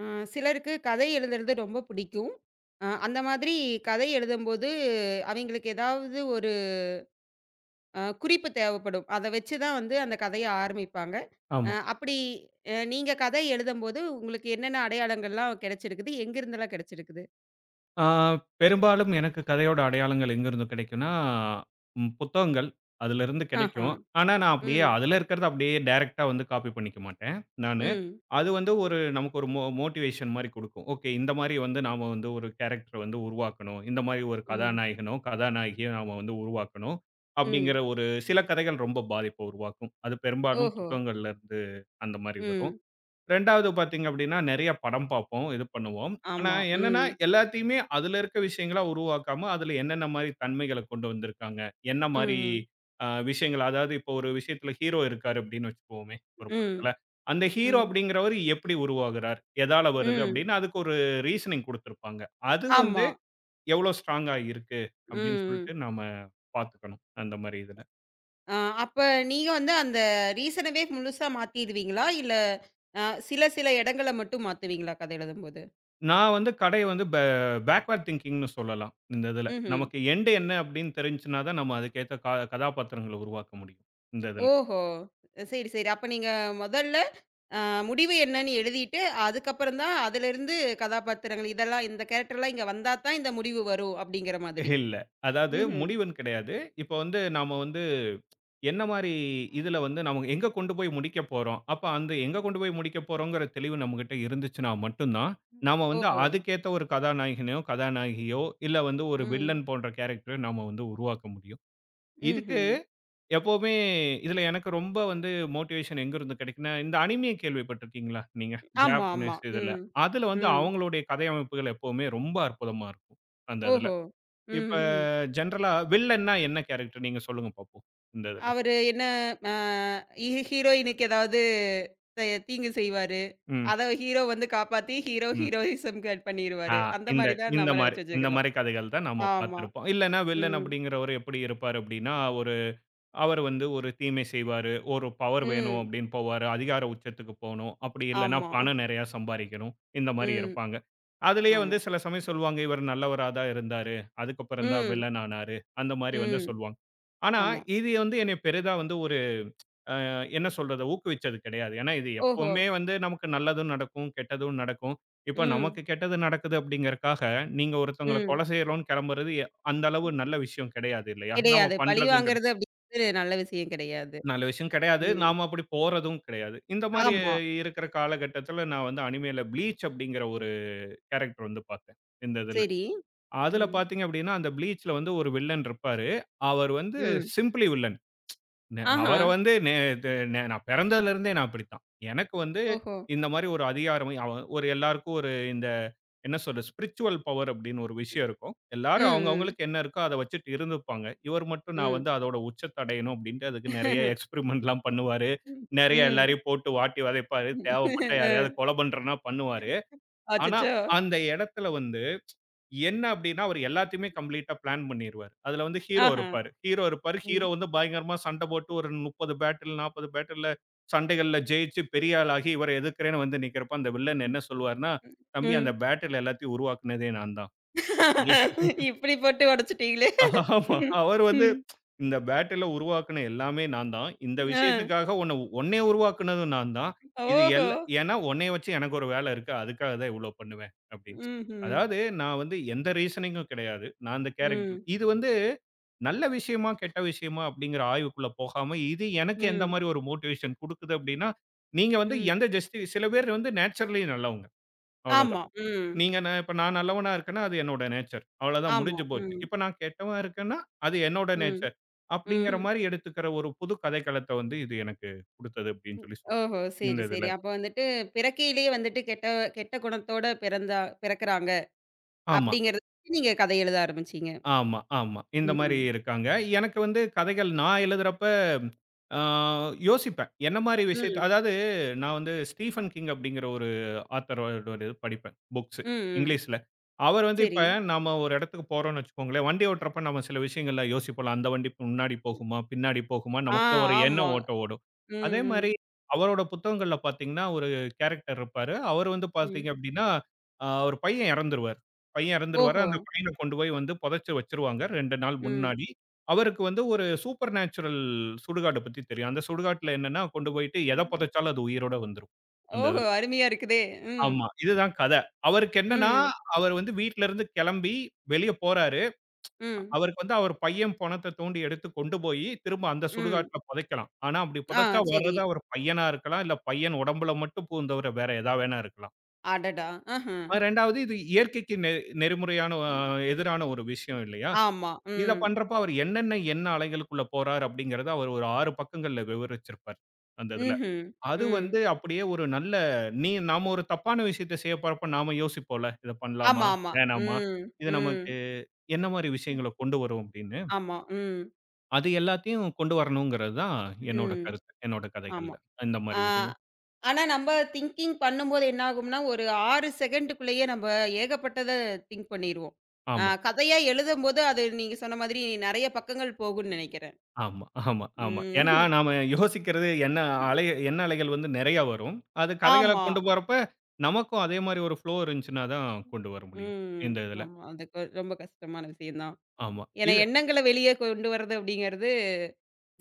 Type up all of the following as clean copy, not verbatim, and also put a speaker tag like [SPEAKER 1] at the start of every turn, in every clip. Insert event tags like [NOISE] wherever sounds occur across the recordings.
[SPEAKER 1] அ சிலருக்கு கதை எழுதுறது ரொம்ப பிடிக்கும். அந்த மாதிரி கதை எழுதும்போது அவைங்களுக்கு ஏதாவது ஒரு குறிப்பு தேவைப்படும். அத வச்சு தான் வந்து அந்த கதைய ஆரம்பிப்பாங்க.
[SPEAKER 2] ஆமா.
[SPEAKER 1] அப்படி நீங்க கதை எழுதும்போது உங்களுக்கு என்னென்ன அடையாளங்கள்லாம் கிடைச்சிருக்குது? எங்கிருந்தெல்லாம் கிடைச்சிருக்குது?
[SPEAKER 2] ஆ பெரும்பாலும் எனக்கு கதையோட அடையாளங்கள் எங்கருந்து கிடைக்கும்னா, புத்தகங்கள். அதிலருந்து
[SPEAKER 1] ஆஹா.
[SPEAKER 2] கிடைக்கும். ஆனா, நான் அப்படியே
[SPEAKER 1] ம்.
[SPEAKER 2] அதில இருக்கிறத அப்படியே டைரக்ட்டா வந்து காப்பி பண்ணிக்க மாட்டேன், நானு.
[SPEAKER 1] ம்.
[SPEAKER 2] அது வந்து ஒரு நமக்கு ஒரு மோட்டிவேஷன் மாரி குடுக்கும். ஓகே, இந்த மாரி வந்து நாம வந்து ஒரு கேரக்டர வந்து உருவாக்கணும். இந்த மாரி ஒரு
[SPEAKER 1] ம்.
[SPEAKER 2] கதாநாயகனோ, கதாநாயகியோ நாம வந்து உருவாக்கணும். அப்படிங்கிற
[SPEAKER 1] ம்.
[SPEAKER 2] ஒரு சில கதைகள் ரொம்ப பாதிப்ப உருவாக்கும். அது பெரும்பாலும்
[SPEAKER 1] ஓஹோ!
[SPEAKER 2] புத்தகங்கள்லருந்து அந்த மாரி வரும்.
[SPEAKER 1] ம்.
[SPEAKER 2] 2வது பார்த்தீங்க அப்படின்னா, நெறைய படம் பார்ப்போம். இது பண்ணுவோம். ஆனா
[SPEAKER 1] ஆமா.
[SPEAKER 2] என்னன்னா,
[SPEAKER 1] ம்.
[SPEAKER 2] எல்லாத்தையுமே அதுல இருக்க விஷயங்களா உருவாக்காம, அதுல என்னென்ன மாரி தன்மைகள கொண்டு வந்திருக்காங்க. என்ன மாரி
[SPEAKER 1] ம்.
[SPEAKER 2] விஷயங்கள் அதாவது இப்போ ஒரு விஷயத்துல ஹீரோ இருக்காரு அப்படின்னு வச்சுக்குவோமே, ஒரு
[SPEAKER 1] ம்.
[SPEAKER 2] படத்துல. அந்த ஹீரோ
[SPEAKER 1] ம்.
[SPEAKER 2] அப்படிங்கிறவரு எப்படி உருவாகுறார்? எதால வருது
[SPEAKER 1] ம்.
[SPEAKER 2] அப்படின்னு அதுக்கு ஒரு ரீசனிங் குடுத்திருப்பாங்க. அது வந்து
[SPEAKER 1] ஆமா.
[SPEAKER 2] எவ்வளோ ஸ்ட்ராங்கா இருக்கு அப்படின்னு
[SPEAKER 1] ம்.
[SPEAKER 2] சொல்லிட்டு நாம பார்த்துக்கணும். அந்த மாரி இதுல.
[SPEAKER 1] ஆ, அப்ப நீங்க வந்து அந்த ரீசனவே முழுசா மாத்திடுவீங்களா? இல்ல அ சில சில இடங்கள மட்டும் மாத்துவீங்களா கதை எழுதும்போது?
[SPEAKER 2] நான் வந்து கடைய வந்து பேக்வேர்ட் திங்கிங்ன்னு சொல்லலாம். இந்த இதுல.
[SPEAKER 1] ம்ஹ்ம்.
[SPEAKER 2] நமக்கு எண்ட் என்ன அப்படின்னு தெரிஞ்சுச்சுனா தான் நம்ம அதுக்கேத்த கதாபாத்திரங்கள உருவாக்க முடியும். இந்த இதுல.
[SPEAKER 1] ஓஹோ! சரி, சரி. அப்ப நீங்க முதல்ல அ முடிவு என்னன்னு எழுதிட்டு, அதுக்கப்புறம் தான் அதிலிருந்து கதாபாத்திரங்கள் இதெல்லாம் இந்த கேரக்டர்லாம் இங்க வந்தா தான் இந்த முடிவு வரும் அப்படிங்கிற மாதிரி.
[SPEAKER 2] இல்ல. அதாவது
[SPEAKER 1] ம்ஹ்ம்.
[SPEAKER 2] முடிவுன்னு கிடையாது. இப்ப வந்து நாம வந்து என்ன மாரி இதுல வந்து நம்ம எங்க கொண்டு போய் முடிக்க போறோம். அப்ப அந்த எங்க கொண்டு போய் முடிக்க போறோங்கிற தெளிவு நம்மகிட்ட இருந்துச்சுனா மட்டும் தான், நாம வந்து
[SPEAKER 1] ஓஹோ!
[SPEAKER 2] அதுக்கேத்த ஒரு கதாநாயகனையோ, கதாநாயகியோ, இல்ல வந்து ஒரு
[SPEAKER 1] ம்.
[SPEAKER 2] வில்லன் போன்ற கேரக்டர நாம வந்து உருவாக்க முடியும். இதுக்கு
[SPEAKER 1] ம்ஹ்ம்.
[SPEAKER 2] எப்பவுமே இதுல எனக்கு ரொம்ப வந்து மோட்டிவேஷன் எங்க இருந்து கிடைக்குன்னா, இந்த அனிமிய கேள்விப்பட்டிருக்கீங்களா நீங்க?
[SPEAKER 1] ஆமா, ஆமா.
[SPEAKER 2] ஜாப்பனீஸ் இதுல.
[SPEAKER 1] ம்.
[SPEAKER 2] அதுல வந்து
[SPEAKER 1] ம்.
[SPEAKER 2] அவங்களுடைய கதை அமைப்புகள் எப்பவுமே ரொம்ப அற்புதமா இருக்கும். அந்த இதுல.
[SPEAKER 1] ஓஹோ!
[SPEAKER 2] இப்ப
[SPEAKER 1] ம்ஹ்ம்.
[SPEAKER 2] ஜெனரலா வில்லன்னா என்ன கேரக்டர் நீங்க சொல்லுங்க பாப்போம். இந்த இதுல.
[SPEAKER 1] அவரு என்ன அ ஹீரோயினுக்கு ஏதாவது தீங்கு செய்வாரு.
[SPEAKER 2] ம்,
[SPEAKER 1] அத ஹீரோ வந்து காப்பாத்தி, ஹீரோ
[SPEAKER 2] ம்.
[SPEAKER 1] ஹீரோயிசம் கிரியேட்
[SPEAKER 2] ஆ
[SPEAKER 1] பண்ணிருவாரு. அந்த
[SPEAKER 2] இந்த
[SPEAKER 1] மாரி தான்
[SPEAKER 2] இந்த
[SPEAKER 1] நம்ம
[SPEAKER 2] மாரி
[SPEAKER 1] நெனச்சு
[SPEAKER 2] இந்த
[SPEAKER 1] வச்சுக்கிறோம்.
[SPEAKER 2] மாரி கதைகள் தான் நம்ம
[SPEAKER 1] ஆமா.
[SPEAKER 2] பார்த்திருப்போம். இல்லன்னா வில்லன்
[SPEAKER 1] ம்.
[SPEAKER 2] அப்படிங்கிறவரு எப்படி இருப்பாரு அப்படின்னா, ஒரு அவர் வந்து ஒரு தீமை செய்வாரு. ஒரு பவர் வேணும்
[SPEAKER 1] ம்.
[SPEAKER 2] அப்படின்னு போவாரு. அதிகார உச்சத்துக்கு போணும். அப்படி இல்லன்னா
[SPEAKER 1] ஆமா.
[SPEAKER 2] பணம் நெறையா சம்பாரிக்கணும். இந்த மாரி
[SPEAKER 1] ம்.
[SPEAKER 2] இருப்பாங்க. அதிலேயே வந்து
[SPEAKER 1] ஆமா.
[SPEAKER 2] சில சமயம் சொல்லுவாங்க, இவர் நல்லவரா தான் இருந்தாரு. அதுக்கப்புறம் தான்
[SPEAKER 1] ம்.
[SPEAKER 2] வில்லன் ஆனாரு. அந்த மாரி வந்து
[SPEAKER 1] ம்.
[SPEAKER 2] சொல்லுவாங்க. ஆனா,
[SPEAKER 1] ஆமா.
[SPEAKER 2] இது வந்து என்னை பெரிதா வந்து ஒரு என்ன சொல்றது? ஊக்குவிச்சது கிடையாது. ஏன்னா இது
[SPEAKER 1] ஓஹோ!
[SPEAKER 2] எப்பவுமே வந்து நமக்கு நல்லதும் நடக்கும், கெட்டதும் நடக்கும். இப்ப
[SPEAKER 1] ம்.
[SPEAKER 2] நமக்கு கெட்டது நடக்குது அப்படிங்கறக்காக, நீங்க ஒருத்தவங்கள
[SPEAKER 1] ம்.
[SPEAKER 2] கொலை செய்றோம்ன்னு கெளம்புறது அந்த அளவு நல்ல விஷயம் கிடையாது இல்லையா? நாம
[SPEAKER 1] கிடையாது. பழி
[SPEAKER 2] பண்றதும்
[SPEAKER 1] வாங்குறது அப்படிங்கிறது நல்ல விஷயம் கிடையாது.
[SPEAKER 2] நல்ல விஷயம் கிடையாது.
[SPEAKER 1] ம்.
[SPEAKER 2] நாம அப்படி போறதும் கிடையாது. இந்த மாரி
[SPEAKER 1] ஆமா.
[SPEAKER 2] இருக்கிற காலகட்டத்தில நான் வந்து அனிமேல ப்ளீச் அப்படிங்கிற ஒரு கேரக்டர் வந்து பார்த்தேன், இந்த இதுல.
[SPEAKER 1] சரி.
[SPEAKER 2] அதுல
[SPEAKER 1] ம்.
[SPEAKER 2] பார்த்தீங்க அப்படின்னா, அந்த ப்ளீச்ல வந்து ஒரு வில்லன் இருப்பாரு. அவர் வந்து
[SPEAKER 1] ம்.
[SPEAKER 2] Simply villain. ந
[SPEAKER 1] ஆஹா!
[SPEAKER 2] அவர வந்து நே து நே நான் பிறந்ததுலருந்தே நான் அப்படித்தான். எனக்கு வந்து
[SPEAKER 1] ஓஹோ!
[SPEAKER 2] இந்த மாரி ஒரு அதிகாரம் அவ ஒரு எல்லாருக்கும் ஒரு இந்த என்ன சொல்றது? ஸ்பிரிச்சுவல் பவர் அப்படின்னு ஒரு
[SPEAKER 1] ம்.
[SPEAKER 2] விஷயம் இருக்கும். எல்லாரும் அவங்க
[SPEAKER 1] ம்.
[SPEAKER 2] அவங்களுக்கு என்ன இருக்கோ அத வச்சுட்டு இருந்துப்பாங்க. இவர் மட்டும் நான்
[SPEAKER 1] ம்.
[SPEAKER 2] வந்து அதோட உச்சத்த அடையணும் அப்படின்ட்டு அதுக்கு நெறைய
[SPEAKER 1] [LAUGHS]
[SPEAKER 2] எக்ஸ்பெரிமென்ட்லாம் பண்ணுவாரு. நெறைய
[SPEAKER 1] ம்.
[SPEAKER 2] எல்லாரையும் போட்டு வாட்டி வதைப்பாரு. தேவைப்பட்டா யாரையாவது
[SPEAKER 1] ம்.
[SPEAKER 2] கொலை பண்றன்னா பண்ணுவாரு. ஆனா
[SPEAKER 1] அச்சச்சோ!
[SPEAKER 2] அந்த இடத்துல வந்து என்ன அப்படின்னா, அவரு எல்லாத்தையுமே கம்ப்ளீட்டா பிளான் பண்ணிருவாரு. அதுல வந்து ஹீரோ
[SPEAKER 1] ஆஹா!
[SPEAKER 2] இருப்பாரு. ஹீரோ இருப்பாரு. ஹீரோ
[SPEAKER 1] ம்.
[SPEAKER 2] வந்து பயங்கரமா சண்டை போட்டு ஒரு 30 பேட்டில், 40 பேட்டில்ல சண்டைகள்ல ஜெயிச்சு பெரிய ஆளாகி இவர எதிர்க்கிறேன்னு வந்து நிக்கிறப்ப, அந்த வில்லன்
[SPEAKER 1] ம்.
[SPEAKER 2] என்ன சொல்லுவார்ன்னா, "தம்பி அந்த
[SPEAKER 1] ம்.
[SPEAKER 2] பேட்டில் எல்லாத்தையும் உருவாக்குனதே நான் தான்."
[SPEAKER 1] இப்படி போட்டு உடைச்சுட்டீங்களே!
[SPEAKER 2] ஆமா.
[SPEAKER 1] ம்.
[SPEAKER 2] அவர் வந்து
[SPEAKER 1] ம்,
[SPEAKER 2] இந்த பேட்டில உருவாக்குன எல்லாமே நான் தான். இந்த
[SPEAKER 1] ஆ.
[SPEAKER 2] விஷயத்துக்காக உன்னைய உருவாக்குனதும் நான் தான். இது
[SPEAKER 1] ஓஹோ!
[SPEAKER 2] எல்ல ஏன்னா உன்னைய வச்சு எனக்கு ஒரு வேலை இருக்கு. அதுக்காக தான் இவ்ளோ பண்ணுவேன் அப்படின்னு.
[SPEAKER 1] ம்ஹ்ம்.
[SPEAKER 2] அதாவது நான் வந்து எந்த ரீசனிங்கும் கிடையாது. நான் அந்த கேரக்டர்.
[SPEAKER 1] ம்.
[SPEAKER 2] இது வந்து நல்ல விஷயமா, கெட்ட விஷயமா அப்படிங்கிற ஆய்வுக்குள்ள போகாம, இது எனக்கு எந்த
[SPEAKER 1] ம்.
[SPEAKER 2] மாரி ஒரு மோட்டிவேஷன் குடுக்குது அப்படின்னா, நீங்க வந்து
[SPEAKER 1] ம்.
[SPEAKER 2] எந்த ஜஸ்டி சில பேர் வந்து நேச்சுரலி நல்லவங்க. அவ்வளவுதான்.
[SPEAKER 1] ஆமா. ம்.
[SPEAKER 2] நீங்க நான் நல்லவனா இருக்கேன்னா, அது என்னோட நேச்சர். அவ்வளோதான்
[SPEAKER 1] ஆமா.
[SPEAKER 2] முடிஞ்சு போச்சு.
[SPEAKER 1] ம்.
[SPEAKER 2] இப்ப நான் கெட்டவன் இருக்கேன்னா, அது என்னோட
[SPEAKER 1] ம்.
[SPEAKER 2] நேச்சர். அப்படிங்கிற
[SPEAKER 1] ம்.
[SPEAKER 2] மாரி எடுத்துக்கிற ஒரு புது கதைக்களத்த வந்து இது எனக்கு குடுத்தது அப்படின்னு சொல்லலாம்.
[SPEAKER 1] ஓஹோ!
[SPEAKER 2] இந்த
[SPEAKER 1] சரி,
[SPEAKER 2] இதுல.
[SPEAKER 1] சரி. அப்ப வந்துட்டு பிறக்கையிலேயே வந்துட்டு கெட்ட கெட்ட குணத்தோட பிறந்தா பிறக்குறாங்க
[SPEAKER 2] ஆமா.
[SPEAKER 1] அப்படிங்கிறத வச்சு நீங்க கதை எழுத ஆரம்பிச்சீங்க.
[SPEAKER 2] ஆமா, ஆமா. இந்த மாரி
[SPEAKER 1] ம்ஹ்ம்.
[SPEAKER 2] இருக்காங்க. எனக்கு வந்து கதைகள் நான் எழுதுறப்ப, ஆ யோசிப்பேன். என்ன மாரி விஷயத்த
[SPEAKER 1] ம்.
[SPEAKER 2] அதாவது நான் வந்து ஸ்டீஃபன் கிங் அப்படிங்கிற ஒரு ஆத்தரோட ஒரு இது படிப்பேன், புக்ஸு
[SPEAKER 1] ம். ம்.
[SPEAKER 2] இங்கிலீஷ்ல. அவர் வந்து இப்ப
[SPEAKER 1] சரி.
[SPEAKER 2] நாம ஒரு இடத்துக்கு போறோம்னு வச்சுக்கோங்களேன், வண்டி ஓட்டுறப்ப நம்ம சில விஷயங்கள்லாம் யோசிப்போம்ல, அந்த வண்டி முன்னாடி போகுமா, பின்னாடி போகுமா,
[SPEAKER 1] ஆ
[SPEAKER 2] நமக்குள்ள ஒரு எண்ண
[SPEAKER 1] ஆமா.
[SPEAKER 2] ஓட்டம் ஓடும்.
[SPEAKER 1] ம்.
[SPEAKER 2] அதே
[SPEAKER 1] ம்.
[SPEAKER 2] மாரி அவரோட புத்தகங்கள்ல பார்த்தீங்கன்னா, ஒரு கேரக்டர் இருப்பாரு. அவர் வந்து
[SPEAKER 1] ம்.
[SPEAKER 2] பார்த்தீங்க அப்படின்னா, ஒரு பையன் இறந்துருவாரு. பையன் இறந்துருவாரு.
[SPEAKER 1] ஓஹோ!
[SPEAKER 2] அந்த பையன கொண்டு போய் வந்து புதைச்சு வச்சுருவாங்க 2 நாள்
[SPEAKER 1] ம்.
[SPEAKER 2] முன்னாடி. அவருக்கு வந்து ஒரு சூப்பர் நேச்சுரல் சுடுகாடு பத்தி தெரியும். அந்த சுடுகாட்டுல என்னன்னா, கொண்டு போயிட்டு எத புதைச்சாலும் அது உயிரோட வந்துரும். அந்த
[SPEAKER 1] ஓஹோ!
[SPEAKER 2] இதுல.
[SPEAKER 1] அருமையா இருக்குதே! ம்.
[SPEAKER 2] ஆமா. இதுதான் கத. அவருக்கு என்னன்னா,
[SPEAKER 1] ம்.
[SPEAKER 2] அவர் வந்து வீட்லருந்து கிளம்பி வெளிய போறாரு.
[SPEAKER 1] ம்.
[SPEAKER 2] அவருக்கு வந்து அவர் பையன் பொணத்த தோண்டி எடுத்து கொண்டு போயி, திரும்ப அந்த
[SPEAKER 1] ம்.
[SPEAKER 2] சுடுகாட்டுல புதைக்கலாம். ஆனா அப்படி
[SPEAKER 1] ஆ
[SPEAKER 2] புதைச்சா
[SPEAKER 1] சரி.
[SPEAKER 2] வர்றது அவர் பையனா இருக்கலாம், இல்ல பையன் உடம்புல மட்டும் பூந்தவர வேற எதா வேணா இருக்கலாம்.
[SPEAKER 1] அடடா! ஆஹா.
[SPEAKER 2] 2வது இது இயற்கைக்கு நெறிமுறையான
[SPEAKER 1] ம்.
[SPEAKER 2] எதிரான ஒரு விஷயம் இல்லையா?
[SPEAKER 1] ஆமா.
[SPEAKER 2] இத
[SPEAKER 1] ம்.
[SPEAKER 2] பண்றப்ப அவர் என்னென்ன எண்ண அலைகளுக்குள்ள போறார் அப்படிங்கிறத அவர் ஒரு 6 பக்கங்கள்ல விவரிச்சிருப்பார். அந்த இதுல.
[SPEAKER 1] ம்ஹ்ம்.
[SPEAKER 2] அது
[SPEAKER 1] ம்.
[SPEAKER 2] வந்து அப்படியே ஒரு நல்ல நீ நாம ஒரு தப்பான விஷயத்த செய்ய போறப்ப நாம யோசிப்போம்ல. இத பண்ணலாமா?
[SPEAKER 1] ஆமா, ஆமா.
[SPEAKER 2] வேணாமா?
[SPEAKER 1] ம்.
[SPEAKER 2] இது
[SPEAKER 1] ம்.
[SPEAKER 2] நமக்கு என்ன மாரி விஷயங்கள கொண்டு வரும் அப்படின்னு.
[SPEAKER 1] ஆமா. ம்.
[SPEAKER 2] அது எல்லாத்தையும் கொண்டு வரணுங்கிறது தான் என்னோட
[SPEAKER 1] ம்.
[SPEAKER 2] கருத்து. என்னோட கதைகள்ல.
[SPEAKER 1] ஆமா.
[SPEAKER 2] இந்த
[SPEAKER 1] ஆ
[SPEAKER 2] மாரி இதுங்க.
[SPEAKER 1] ஆனா நம்ப திங்கிங் பண்ணும்போது என்ன ஆகும்னா, ஒரு 6 செகண்டுக்குள்ளேயே நம்ப ஏகப்பட்டத திங்க் பண்ணிருவோம். ஆ
[SPEAKER 2] ஆமா.
[SPEAKER 1] கதையா எழுதும்போது அது நீங்க சொன்ன மாதிரி நெறைய பக்கங்கள் போகும்னு நெனைக்கிறேன்.
[SPEAKER 2] ஆமா, ஆமா, ஆமா. ஏன்னா
[SPEAKER 1] ம்.
[SPEAKER 2] நாம யோசிக்கிறது அலை எண்ண அலைகள் வந்து நெறைய வரும். அது கதைகள
[SPEAKER 1] ஆமா.
[SPEAKER 2] கொண்டு போறப்ப, நமக்கும் அதே மாரி ஒரு ஃப்ளோ இருந்துச்சுன்னா தான் கொண்டு வர முடியும்.
[SPEAKER 1] ம்.
[SPEAKER 2] இந்த இதுல.
[SPEAKER 1] ஆமா. அது கொ ரொம்ப கஷ்டமான விஷயம் தான்.
[SPEAKER 2] ஆமா.
[SPEAKER 1] ஏன்னா
[SPEAKER 2] இது
[SPEAKER 1] எண்ணங்கள வெளியே கொண்டு வரது அப்படிங்கிறது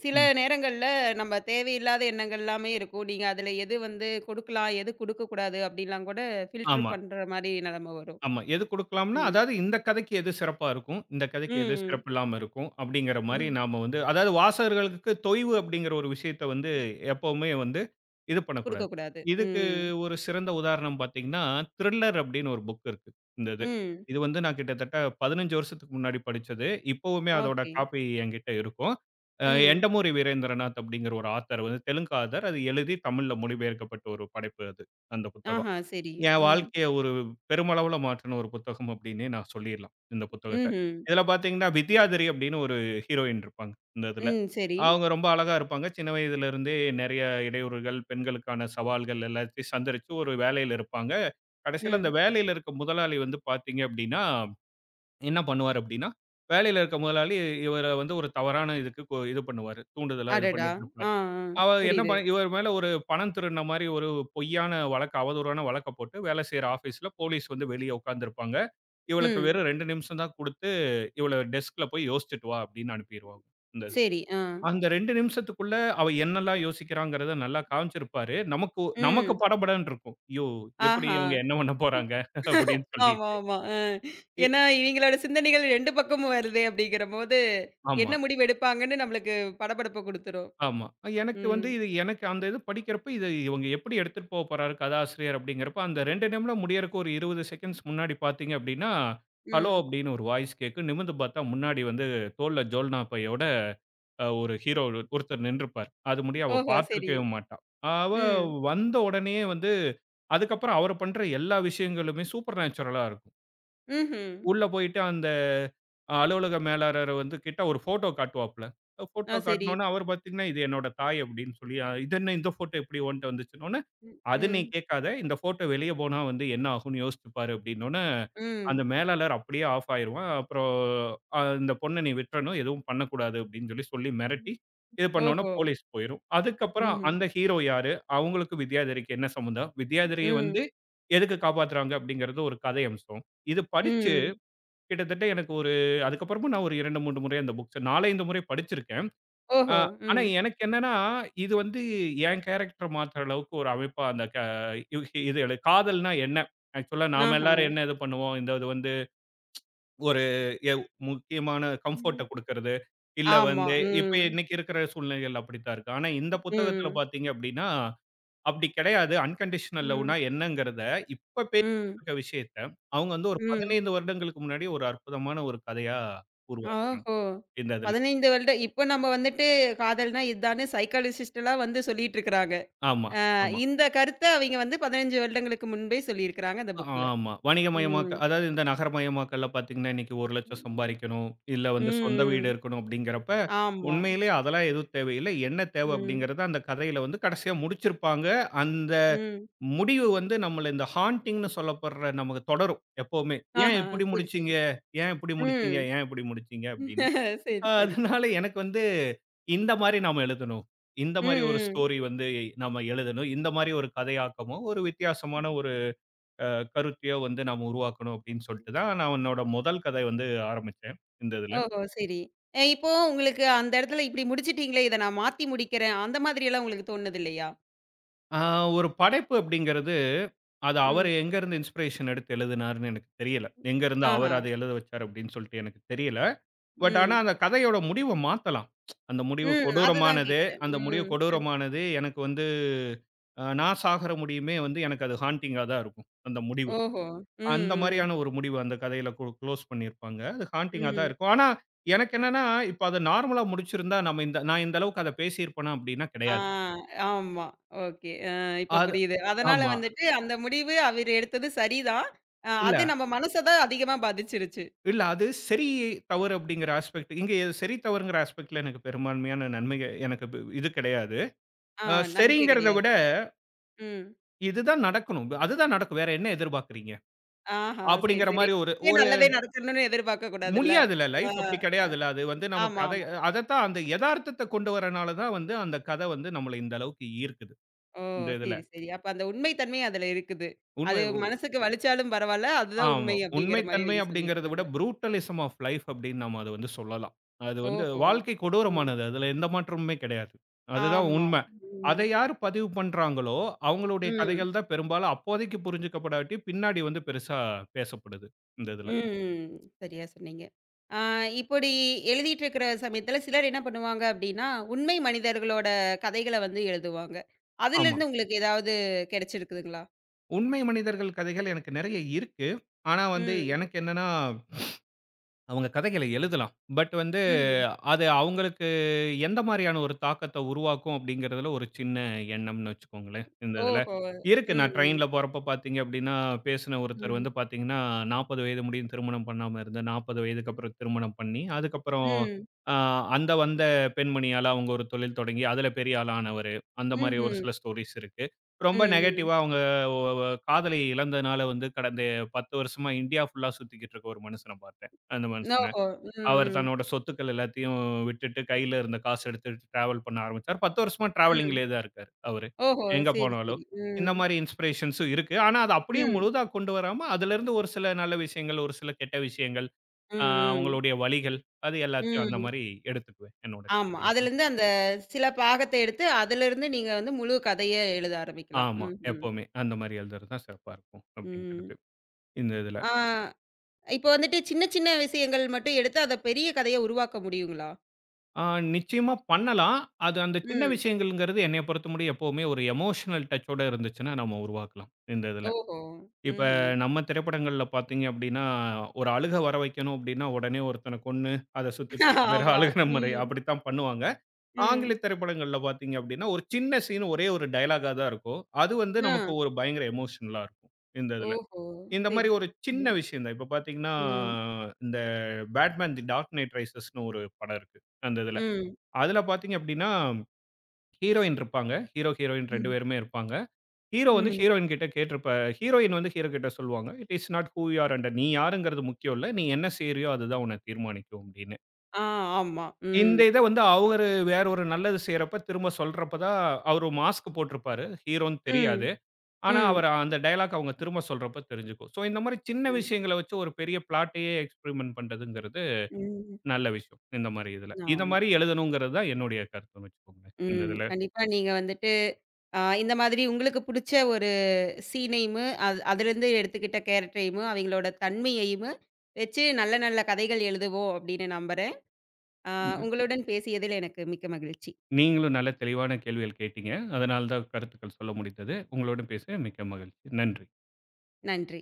[SPEAKER 1] சில
[SPEAKER 2] ம்.
[SPEAKER 1] நேரங்கள்ல நம்ம தேவையில்லாத எண்ணங்கள் எல்லாமே இருக்கும். நீங்க அதுல எது வந்து குடுக்கலாம், எது குடுக்கக்கூடாது அப்படிலாம் கூட ஃபில்டர்
[SPEAKER 2] ஆமா.
[SPEAKER 1] பண்ற மாரி நெலம வரும்.
[SPEAKER 2] ஆமா. எது குடுக்கலாம்னா,
[SPEAKER 1] ம்.
[SPEAKER 2] அதாவது இந்த கதைக்கு எது சிறப்பா இருக்கும், இந்த கதைக்கு எது
[SPEAKER 1] ம்,
[SPEAKER 2] சிறப்பில்லாம இருக்கும், அப்படிங்கிற
[SPEAKER 1] ம்,
[SPEAKER 2] மாரி
[SPEAKER 1] ம்.
[SPEAKER 2] நாம வந்து அதாவது வாசகர்களுக்கு தொய்வு அப்படிங்கிற ஒரு விஷயத்த வந்து எப்பவுமே வந்து இது பண்ணக்கூடாது.
[SPEAKER 1] குடுக்கக்கூடாது.
[SPEAKER 2] இதுக்கு
[SPEAKER 1] ம்,
[SPEAKER 2] ஒரு சிறந்த உதாரணம் பார்த்தீங்கன்னா, த்ரில்லர் அப்படின்னு ஒரு புக் இருக்கு, இந்த இது.
[SPEAKER 1] ம்.
[SPEAKER 2] இது வந்து நான் கிட்டத்தட்ட 15 வருஷத்துக்கு முன்னாடி படிச்சது. இப்பவுமே அதோட
[SPEAKER 1] ஓகே.
[SPEAKER 2] காப்பி என்கிட்ட இருக்கும்.
[SPEAKER 1] ம்.
[SPEAKER 2] எண்டமூரி வீரேந்திரநாத் அப்படிங்கிற ஒரு ஆத்தர் வந்து தெலுங்கு ஆத்தர். அது எழுதி தமிழ்ல மொழிபெயர்க்கப்பட்ட ஒரு படைப்பு அது, அந்த புத்தகம்.
[SPEAKER 1] ஆஹா, சரி.
[SPEAKER 2] என்
[SPEAKER 1] ம்.
[SPEAKER 2] வாழ்க்கைய ஒரு பெருமளவுல மாற்றின ஒரு புத்தகம் அப்படின்னே நான் சொல்லிடலாம், இந்த புத்தகத்த.
[SPEAKER 1] ம்ஹ்ம்.
[SPEAKER 2] இதில பார்த்தீங்கன்னா, வித்யாதரி அப்படின்னு ஒரு ஹீரோயின் இருப்பாங்க, இந்த இதில.
[SPEAKER 1] ம். சரி.
[SPEAKER 2] அவங்க ரொம்ப அழகா இருப்பாங்க. சின்ன வயதிலிருந்தே நெறைய இடையூறுகள், பெண்களுக்கான சவால்கள் எல்லாத்தையும் சந்தரிச்சு ஒரு வேலையில இருப்பாங்க. கடைசியில அந்த
[SPEAKER 1] ம்.
[SPEAKER 2] வேலையில இருக்க முதலாளி வந்து பார்த்தீங்க அப்படின்னா, என்ன பண்ணுவாரு அப்படின்னா, வேலையில இருக்க முதலாளி இவர வந்து ஒரு தவறான இதுக்கு கொ இது பண்ணுவாரு. தூண்டுதலா இது
[SPEAKER 1] அடடா!
[SPEAKER 2] பண்ணிட்டு இருப்பாரு.
[SPEAKER 1] ஆ, ஆ.
[SPEAKER 2] அவ என்ன
[SPEAKER 1] புரியுது.
[SPEAKER 2] பண்ண இவர் மேல ஒரு பணம் திருடின மாரி ஒரு பொய்யான வழக்கு, அவதூறான வழக்க போட்டு வேலை செய்ற ஆஃபீஸ்ல போலீஸ் வந்து வெளிய உட்கார்ந்திருப்பாங்க. இவளுக்கு
[SPEAKER 1] ம்.
[SPEAKER 2] வெறும் 2 நிமிஷம் தான் குடுத்து, இவள டெஸ்க்ல போய் யோசிச்சுட்டு வா அப்படின்னு அனுப்பிருவாங்க. இந்த இது.
[SPEAKER 1] சரி. ஆ.
[SPEAKER 2] அந்த 2 நிமிஷத்துக்குள்ள அவ என்னெல்லாம் யோசிக்கிறாங்கிறத நல்லா காமிச்சிருப்பாரு. நமக்கு நமக்கு
[SPEAKER 1] ம்.
[SPEAKER 2] படபடன்னு இருக்கும். ஐயோ! எப்படி
[SPEAKER 1] ஆஹா.
[SPEAKER 2] இவங்க என்ன பண்ண போறாங்க அப்படின்னு
[SPEAKER 1] ஆமா,
[SPEAKER 2] சொல்லிட்டு.
[SPEAKER 1] ஆமா. அ.
[SPEAKER 2] இ
[SPEAKER 1] ஏன்னா இவிங்களோட சிந்தனைகள் 2 பக்கமும் வருதே அப்படிங்கிறபோது,
[SPEAKER 2] ஆமா.
[SPEAKER 1] என்ன முடிவு எடுப்பாங்கன்னு நம்மளுக்கு படபடப்பு குடுத்துரும்.
[SPEAKER 2] ஆமா. எனக்கு
[SPEAKER 1] ம்,
[SPEAKER 2] வந்து இது எனக்கு அந்த இது படிக்கிறப்ப இது இவங்க எப்படி எடுத்துட்டு போக போறாரு கதாசிரியர் அப்படிங்கிறப்ப, அந்த 2 நிமிடம் முடியறக்கு ஒரு 20 செகண்ட்ஸ் முன்னாடி பார்த்தீங்க அப்படின்னா, ஹலோ
[SPEAKER 1] ம்.
[SPEAKER 2] அப்படின்னு ஒரு வாய்ஸ் கேட்கும். நிமிர்ந்து பார்த்தா முன்னாடி வந்து தோள்ல ஜோல்னா பையோட ஒரு ஹீரோ ஒருத்தர் நின்றுப்பார். அது முடிய அவ
[SPEAKER 1] ஓஹோ! சரி.
[SPEAKER 2] பார்த்துருக்கவே மாட்டா. அவ
[SPEAKER 1] ம்.
[SPEAKER 2] வந்த உடனேயே வந்து அதுக்கப்புறம் அவர் பண்ற எல்லா விஷயங்களுமே சூப்பர் நேச்சுரலா இருக்கும்.
[SPEAKER 1] ம்ஹ்ம்.
[SPEAKER 2] உள்ள போயிட்டு அந்த அலுவலக மேலாளர் வந்து கிட்ட ஒரு ஃபோட்டோ காட்டுவாப்புல.
[SPEAKER 1] ஆ
[SPEAKER 2] ஃபோட்டோ
[SPEAKER 1] சரி.
[SPEAKER 2] காட்டுனோனே அவரு பார்த்தீங்கன்னா, "இது என்னோட தாய்" அப்படின்னு சொல்லி, "இது என்ன இந்த ஃபோட்டோ எப்படி உன்ட்ட வந்துச்சுன்னோனே"
[SPEAKER 1] ம்,
[SPEAKER 2] "அது நீ
[SPEAKER 1] ம்,
[SPEAKER 2] கேட்காத. இந்த ஃபோட்டோ வெளிய போனா வந்து என்ன ஆகும்னு யோசிச்சு பாரு" அப்படின்னோனே, அந்த
[SPEAKER 1] ம்.
[SPEAKER 2] மேலாளர் அப்படியே ஆஃப் ஆயிருவான். அப்புறம் "இந்த பொண்ண நீ விட்றணும். எதுவும் பண்ணக்கூடாது" அப்படின்னு சொல்லி சொல்லி மிரட்டி, இது பண்ணோனே
[SPEAKER 1] ஓஹோ!
[SPEAKER 2] போலீஸ் போயிரும். அதுக்கப்புறம்
[SPEAKER 1] ம்ஹ்ம்.
[SPEAKER 2] அந்த ஹீரோ யாரு? அவங்களுக்கும் வித்யாதரிக்கும் என்ன சம்மந்தம்? வித்யாதரிய வந்து
[SPEAKER 1] ம்,
[SPEAKER 2] எதுக்கு காப்பாத்துறாங்க அப்படிங்கிறது ஒரு கதை அம்சம். இது படிச்ச
[SPEAKER 1] ம்.
[SPEAKER 2] கிட்டத்தட்ட எனக்கு ஒரு அதுக்கப்புறமும் நான் ஒரு 2, 3 முறை அந்த புக்ஸ 4, 5 முறை படிச்சிருக்கேன். அ
[SPEAKER 1] ஓஹோ!
[SPEAKER 2] ஆனா
[SPEAKER 1] ம்.
[SPEAKER 2] எனக்கு என்னன்னா, இது வந்து என் கேரக்டர மாத்துற அளவுக்கு ஒரு அமைப்பா அந்த க இவ்- இது எழு காதல்னா என்ன? ஆக்சுவலா நாம
[SPEAKER 1] ஆஹா.
[SPEAKER 2] எல்லாரும் என்ன இது பண்ணுவோம்? இந்த இது வந்து ஒரு எவ் முக்கியமான கம்ஃபோர்ட்ட
[SPEAKER 1] ம்.
[SPEAKER 2] குடுக்கறது. இல்ல
[SPEAKER 1] ஆமா.
[SPEAKER 2] வந்து இப்ப
[SPEAKER 1] ம்,
[SPEAKER 2] இன்னைக்கு இருக்கிற சூழ்நிலைகள் அப்படித்தான் இருக்கு. ஆனா இந்த புத்தகத்துல
[SPEAKER 1] ம்,
[SPEAKER 2] பார்த்தீங்க அப்படின்னா அப்படி கிடையாது. அன்கண்டிஷனல்
[SPEAKER 1] ம்,
[SPEAKER 2] லவ்னா என்னங்கிறத, இப்ப
[SPEAKER 1] ம்,
[SPEAKER 2] பேசிட்டுருக்க விஷயத்த, அவங்க வந்து ஒரு
[SPEAKER 1] ம்.
[SPEAKER 2] 15 வருடங்களுக்கு முன்னாடி ஒரு அற்புதமான ஒரு கதையா உருவாக்குனாங்க.
[SPEAKER 1] ஓஹோ!
[SPEAKER 2] இந்த இதுல.
[SPEAKER 1] 15 வருட இப்ப நம்ம வந்துட்டு காதல்னா இதான்னு சைக்காலஜிஸ்ட் எல்லாம் வந்து சொல்லிட்டு இருக்கிறாங்க.
[SPEAKER 2] ஆமா, ஆமா,
[SPEAKER 1] இந்த கருத்த அவைங்க வந்து 15 வருடங்களுக்கு முன்பே சொல்லியிருக்கிறாங்க அந்த புக்ல.
[SPEAKER 2] ஆமா. வணிகமயமாக்க
[SPEAKER 1] ம்.
[SPEAKER 2] அதாவது இந்த நகரமயமாக்கல்ல பார்த்தீங்கன்னா, இன்னைக்கு 1,00,000
[SPEAKER 1] ம்,
[SPEAKER 2] சம்பாரிக்கணும். இல்ல வந்து சொந்த வீடு
[SPEAKER 1] ம்.
[SPEAKER 2] இருக்கணும் அப்படிங்கிறப்ப,
[SPEAKER 1] ஆமா.
[SPEAKER 2] உண்மையிலேயே அதெல்லாம் எதுவும் தேவையில்ல. என்ன தேவை
[SPEAKER 1] ம்,
[SPEAKER 2] அப்படிங்கிறத அந்த கதையில வந்து கடைசியா முடிச்சிருப்பாங்க. அந்த
[SPEAKER 1] ம்.
[SPEAKER 2] முடிவு வந்து நம்மள இந்த ஹாண்டிங்ன்னு சொல்லப்படுற நமக்கு தொடரும் எப்பவுமே. "ஏன்
[SPEAKER 1] ஆஹா!
[SPEAKER 2] இப்படி
[SPEAKER 1] சரி, சரி.
[SPEAKER 2] முடிச்சீங்க? ஏன் இப்படி முடிச்சீங்க?
[SPEAKER 1] ம்.
[SPEAKER 2] ஏன் இப்படி முடிச்சீங்க?" அப்படின்னு.
[SPEAKER 1] [LAUGHS] சரி, சரி.
[SPEAKER 2] அதனால எனக்கு வந்து இந்த மாரி நாம எழுதணும். இந்த
[SPEAKER 1] ம்,
[SPEAKER 2] மாரி ஒரு
[SPEAKER 1] ம்.
[SPEAKER 2] ஸ்டோரி வந்து நாம எழுதணும். இந்த மாரி ஒரு கதையாக்கமோ, ஒரு வித்தியாசமான ஒரு கருத்தையோ வந்து நாம உருவாக்கணும் அப்படின்னு சொல்லிட்டு தான் நான் என்னோட முதல் கதை வந்து ஆரம்பிச்சேன், இந்த இதுல.
[SPEAKER 1] ஓஹோ! சரி. இப்போ உங்களுக்கு அந்த இடத்துல இப்படி முடிச்சுட்டீங்களே, இத நான் மாத்தி முடிக்கிறேன். அந்த மாதிரியெல்லாம் உங்களுக்கு தோணுனது இல்லையா?
[SPEAKER 2] அ ஒரு படைப்பு அப்படிங்கிறது, அது
[SPEAKER 1] ம்.
[SPEAKER 2] அவரு எங்கருந்து இன்ஸ்பிரேஷன் எடுத்து எழுதினாருன்னு எனக்கு தெரியல. எங்கருந்து அவரு
[SPEAKER 1] ஆஹா.
[SPEAKER 2] அத எழுத வச்சாரு அப்படின்னு சொல்லிட்டு எனக்கு தெரியல. பட் ஆனா,
[SPEAKER 1] ம்.
[SPEAKER 2] அந்த கதையோட முடிவ மாத்தலாம். அந்த முடிவு
[SPEAKER 1] ம். அதுதான்
[SPEAKER 2] கொடூரமானது.
[SPEAKER 1] கேட்கிறேன்.
[SPEAKER 2] அந்த முடிவு
[SPEAKER 1] ம்.
[SPEAKER 2] கொடூரமானது. எனக்கு வந்து நான் சாகுற முடியுமே வந்து எனக்கு அது ஹாண்டிங்கா தான் இருக்கும். அந்த முடிவு.
[SPEAKER 1] ஓஹோ! ம்,
[SPEAKER 2] அந்த
[SPEAKER 1] ம்.
[SPEAKER 2] மாரியான ஒரு முடிவு அந்த கதையில குளோஸ் பண்ணியிருப்பாங்க. அது ஹாண்டிங்கா தான்
[SPEAKER 1] ம்.
[SPEAKER 2] இருக்கும். ஆனா, எனக்கு என்னன்னா, இப்ப அத நார்மலா முடிச்சிருந்தா நம்ம இந்த நான் இந்த அளவுக்கு அத பேசியிருப்பேனா அப்படின்னா
[SPEAKER 1] ஆ
[SPEAKER 2] கிடையாது.
[SPEAKER 1] ஆமா. ஓகே. இப்ப
[SPEAKER 2] அது
[SPEAKER 1] புரியுது. அதனால
[SPEAKER 2] ஆமா.
[SPEAKER 1] வந்துட்டு அந்த முடிவு அவரு எடுத்தது சரிதான்.
[SPEAKER 2] இல்ல,
[SPEAKER 1] அது நம்ம மனச தான் அதிகமா பாதிச்சிருச்சு.
[SPEAKER 2] இல்ல, அது சரி, தவறு அப்படிங்கிற ஆஸ்பெக்ட் இங்க சரி, தவறுங்கிற ஆஸ்பெக்ட்ல எனக்கு பெரும்பான்மையான நன்மைகள் எனக்கு இது கிடையாது.
[SPEAKER 1] ஆ நம்பிக்கை
[SPEAKER 2] சரிங்கிறத விட
[SPEAKER 1] கிடையாது. ம்.
[SPEAKER 2] இதுதான் நடக்கணும். அதுதான் நடக்கும். வேற என்ன எதிர்பார்க்கிறீங்க?
[SPEAKER 1] ஆஹா! சரி,
[SPEAKER 2] அப்படிங்கிற
[SPEAKER 1] சரி.
[SPEAKER 2] மாரி ஒரு
[SPEAKER 1] இதுவே
[SPEAKER 2] ஒரு
[SPEAKER 1] நல்லதே நடக்கணும்னு எதிர்பார்க்க கூடாதுல்ல.
[SPEAKER 2] முடியாதுல்ல.
[SPEAKER 1] ஆ
[SPEAKER 2] லைஃப் அப்படி கிடையாதுல்ல. அது வந்து நம்ம
[SPEAKER 1] ஆமா,
[SPEAKER 2] கதை
[SPEAKER 1] ஆமா.
[SPEAKER 2] அதத்தான் அந்த எதார்த்தத்த கொண்டு வரனால தான் வந்து அந்த கதை வந்து நம்மள இந்த அளவுக்கு ஈர்க்குது.
[SPEAKER 1] ஓ!
[SPEAKER 2] இந்த இதுல.
[SPEAKER 1] சரி, சரி. அப்ப அந்த உண்மை தன்மை அதுல இருக்குது. அது
[SPEAKER 2] உண்மை
[SPEAKER 1] மனசுக்கு வலிச்சாலும் பரவால்ல. அதுதான்
[SPEAKER 2] ஆமா.
[SPEAKER 1] உண்மை
[SPEAKER 2] உண்மை
[SPEAKER 1] அப்படிங்கிற மாரி
[SPEAKER 2] தன்மை
[SPEAKER 1] நீங்க
[SPEAKER 2] அப்படிங்கிறத விட
[SPEAKER 1] சொல்லியிருக்கிறாங்க.
[SPEAKER 2] புரூட்டலிசம் ஆஃப் லைஃப் அப்படின்னு நம்ம அத வந்து சொல்லலாம். அது வந்து
[SPEAKER 1] ஓஹோ!
[SPEAKER 2] வாழ்க்கை
[SPEAKER 1] ம்.
[SPEAKER 2] கொடூரமானது. அதுல எந்த மாற்றமுமே கிடையாது. அதுதான்
[SPEAKER 1] ஆமா.
[SPEAKER 2] உண்மை. அத
[SPEAKER 1] ம்.
[SPEAKER 2] யார் பதிவு பண்றாங்களோ, அவங்களுடைய
[SPEAKER 1] ம்.
[SPEAKER 2] கதைகள் தான் பெரும்பாலும் அப்போதைக்கு புரிஞ்சுக்கப்படாட்டி, பின்னாடி வந்து பெருசா பேசப்படுது. இந்த இதுல.
[SPEAKER 1] ம். சரியா சொன்னீங்க. ஆ இப்படி எழுதிட்டு இருக்கிற சமயத்தில சிலர் என்ன பண்ணுவாங்க அப்படின்னா, உண்மை மனிதர்களோட கதைகள வந்து எழுதுவாங்க.
[SPEAKER 2] ஆமா.
[SPEAKER 1] அதிலிருந்து உங்களுக்கு ஏதாவது கிடைச்சிருக்குதுங்களா?
[SPEAKER 2] உண்மை மனிதர்கள் கதைகள் எனக்கு நெறைய இருக்கு. ஆனா வந்து
[SPEAKER 1] ம்.
[SPEAKER 2] எனக்கு என்னன்னா அவங்க கதைகள எழுதலாம். பட் வந்து
[SPEAKER 1] ம்ஹ்ம்.
[SPEAKER 2] அது அவங்களுக்கு எந்த மாரியான ஒரு தாக்கத்த உருவாக்கும் அப்படிங்கிறதுல ஒரு சின்ன எண்ணம்னு வச்சுக்கோங்களேன், இந்த இதுல.
[SPEAKER 1] ஓஹோ!
[SPEAKER 2] இருக்கு
[SPEAKER 1] ம்,
[SPEAKER 2] நான்
[SPEAKER 1] ம்.
[SPEAKER 2] ட்ரெயின்ல போறப்ப பார்த்தீங்க அப்படின்னா, பேசின ஒருத்தர்
[SPEAKER 1] ம்.
[SPEAKER 2] வந்து பார்த்தீங்கன்னா, 40 வயது முடியும் திருமணம் பண்ணாம இருந்த 40 வயதுக்கு அப்புறம் திருமணம் பண்ணி, அதுக்கப்புறம்
[SPEAKER 1] ம்.
[SPEAKER 2] அ அந்த வந்த பெண்மணியால அவங்க ஒரு தொழில் தொடங்கி, அதுல பெரிய ஆளா ஆனவரு. அந்த மாரி ஒரு
[SPEAKER 1] ம்ஹ்ம்.
[SPEAKER 2] சில ஸ்டோரீஸ் இருக்கு. ரொம்ப
[SPEAKER 1] ம், ம்.
[SPEAKER 2] நெகட்டிவா அவங்க ஒ ஒ காதலிய இழந்தனால வந்து கடந்த 10 வருஷமா இந்தியா ஃபுல்லா சுத்திக்கிட்டு இருக்க ஒரு மனுஷன பார்த்தேன். அந்த மனுஷன.
[SPEAKER 1] ஓஹோ! ம்,
[SPEAKER 2] அவர்
[SPEAKER 1] ம்.
[SPEAKER 2] தன்னோட சொத்துக்கள் எல்லாத்தையும் விட்டுட்டு, கையில இருந்த காசு எடுத்துட்டு டிராவல் பண்ண ஆரம்பிச்சாரு. 10 வருஷமா
[SPEAKER 1] ம்.
[SPEAKER 2] டிராவலிங்லயே தான் இருக்காரு அவரு.
[SPEAKER 1] ஓஹோ!
[SPEAKER 2] எங்க
[SPEAKER 1] சரி,
[SPEAKER 2] போனாலும்.
[SPEAKER 1] சரி.
[SPEAKER 2] இந்த
[SPEAKER 1] ம்.
[SPEAKER 2] மாரி இன்ஸ்பிரேஷன்ஸும் இருக்கு. ஆனா, அத அப்படியே
[SPEAKER 1] ம்.
[SPEAKER 2] முழுதா கொண்டு வராம, அதிலிருந்து ஒரு சில நல்ல விஷயங்கள், ஒரு சில கெட்ட விஷயங்கள்,
[SPEAKER 1] ம்,
[SPEAKER 2] அ
[SPEAKER 1] ம்.
[SPEAKER 2] அவங்களுடைய வலிகள், அது எல்லாத்தையும் அந்த
[SPEAKER 1] ம்.
[SPEAKER 2] மாரி எடுத்துக்குவேன் என்னோட
[SPEAKER 1] ஆமா.
[SPEAKER 2] கதைகளுக்கு.
[SPEAKER 1] அதிலிருந்து அந்த சில பாகத்த எடுத்து அதிலிருந்து நீங்க வந்து முழு கதைய எழுத ஆரம்பிக்கலாம்.
[SPEAKER 2] ஆமா.
[SPEAKER 1] ம்ஹ்ம்.
[SPEAKER 2] எப்பவுமே அந்த மாரி எழுதுறது தான் சிறப்பா இருக்கும்.
[SPEAKER 1] ம்.
[SPEAKER 2] அப்படிங்கிறது. இந்த இதுல.
[SPEAKER 1] ஆ இப்போ வந்துட்டு சின்ன சின்ன விஷயங்கள் மட்டும் எடுத்து அத பெரிய கதையா உருவாக்க முடியுங்களா?
[SPEAKER 2] ஆ நிச்சயமா பண்ணலாம். அது அந்த சின்ன
[SPEAKER 1] ம்.
[SPEAKER 2] விஷயங்கள்ங்கிறது என்னைய பொறுத்தமுடியும் எப்பவுமே ஒரு எமோஷனல் டச்சோட இருந்துச்சுன்னா, நம்ம உருவாக்கலாம் இந்த இதுல.
[SPEAKER 1] ஓஹோ!
[SPEAKER 2] இப்ப
[SPEAKER 1] ம்ஹ்ம்.
[SPEAKER 2] நம்ம திரைப்படங்கள்ல பார்த்தீங்க அப்டின்னா, ஒரு அழுக வர வைக்கணும் அப்டின்னா, உடனே ஒருத்தன கொன்னு, அத சுத்தி 10 பேர்
[SPEAKER 1] ஆமா.
[SPEAKER 2] அழுகுற முறை
[SPEAKER 1] ம்.
[SPEAKER 2] அப்படித்தான் பண்ணுவாங்க.
[SPEAKER 1] ம்.
[SPEAKER 2] ஆங்கில திரைப்படங்கள்ல பார்த்தீங்க அப்டின்னா, ஒரு சின்ன சீன் ஒரே ஒரு டயலாகா தான் இருக்கும். அது வந்து
[SPEAKER 1] ஆ.
[SPEAKER 2] நமக்கு ஒரு பயங்கர எமோஷனலா இருக்கும் இந்த இதுல.
[SPEAKER 1] ஓஹோ!
[SPEAKER 2] இந்த
[SPEAKER 1] சரி.
[SPEAKER 2] மாரி ஒரு சின்ன
[SPEAKER 1] ம்.
[SPEAKER 2] விஷயம் தான். இப்ப பார்த்தீங்கன்னா,
[SPEAKER 1] ம்.
[SPEAKER 2] இந்த பேட்மேன் தி டார்க் நைட் ரைசஸ்ன்னு ஒரு படம் இருக்கு அந்த இதுல.
[SPEAKER 1] ம்.
[SPEAKER 2] அதுல பார்த்தீங்க அப்டின்னா, ஹீரோயின் இருப்பாங்க. ஹீரோ, ஹீரோயின் 2
[SPEAKER 1] ம்.
[SPEAKER 2] பேருமே இருப்பாங்க. ஹீரோ வந்து
[SPEAKER 1] ம்.
[SPEAKER 2] ஹீரோயின் கிட்ட கேட்டிருப்பார் ஹீரோயின் வந்து ஹீரோ கிட்ட சொல்லுவாங்க. "It is not who you are and நீ யாருங்கிறது முக்கியம் இல்ல. நீ என்ன செய்றியோ அதுதான் உன்ன தீர்மானிக்கும்" அப்டின்னு.
[SPEAKER 1] ஆ ஆமா. ம்.
[SPEAKER 2] இந்த இத வந்து அவரு வேற ஒரு நல்லது செய்றப்ப திரும்ப சொல்றப்ப தான் அவரு மாஸ்க் போட்டிருப்பாரு. ஹீரோன்னு
[SPEAKER 1] ம்.
[SPEAKER 2] தெரியாது. ஆனா,
[SPEAKER 1] ம்.
[SPEAKER 2] அவரு அந்த டயலாக் அவங்க திரும்ப சொல்றப்ப தெரிஞ்சுக்கும். ஸோ இந்த மாரி சின்ன
[SPEAKER 1] ம்.
[SPEAKER 2] விஷயங்கள வச்சு ஒரு பெரிய பிளாட்டையே எக்ஸ்பெரிமென்ட் பண்றதுங்கிறது
[SPEAKER 1] ம்.
[SPEAKER 2] நல்ல விஷயம். இந்த மாரி இதுல. இந்த
[SPEAKER 1] ஆமா.
[SPEAKER 2] மாரி எழுதணுங்கிறது தான் என்னுடைய கருத்துன்னு வச்சுக்கோங்களேன். இந்த
[SPEAKER 1] ம்.
[SPEAKER 2] இதுல.
[SPEAKER 1] கண்டிப்பா நீங்க வந்துட்டு, இந்த மாதிரி உங்களுக்கு புடிச்ச ஒரு சீனையும், அது அதிலிருந்து எடுத்துக்கிட்ட கேரக்டரையும், அவைங்களோட தன்மையையும் வச்சு நல்ல நல்ல கதைகள் எழுதுவோம் அப்படின்னு நம்புறேன். அ உங்களுடன் பேசியதில் எனக்கு மிக்க மகிழ்ச்சி.
[SPEAKER 2] நீங்களும் நல்ல தெளிவான கேள்விகள் கேட்டீங்க. அதனால தான் கருத்துக்கள் சொல்ல முடிந்தது. உங்களோட பேச மிக்க மகிழ்ச்சி. நன்றி.
[SPEAKER 1] நன்றி.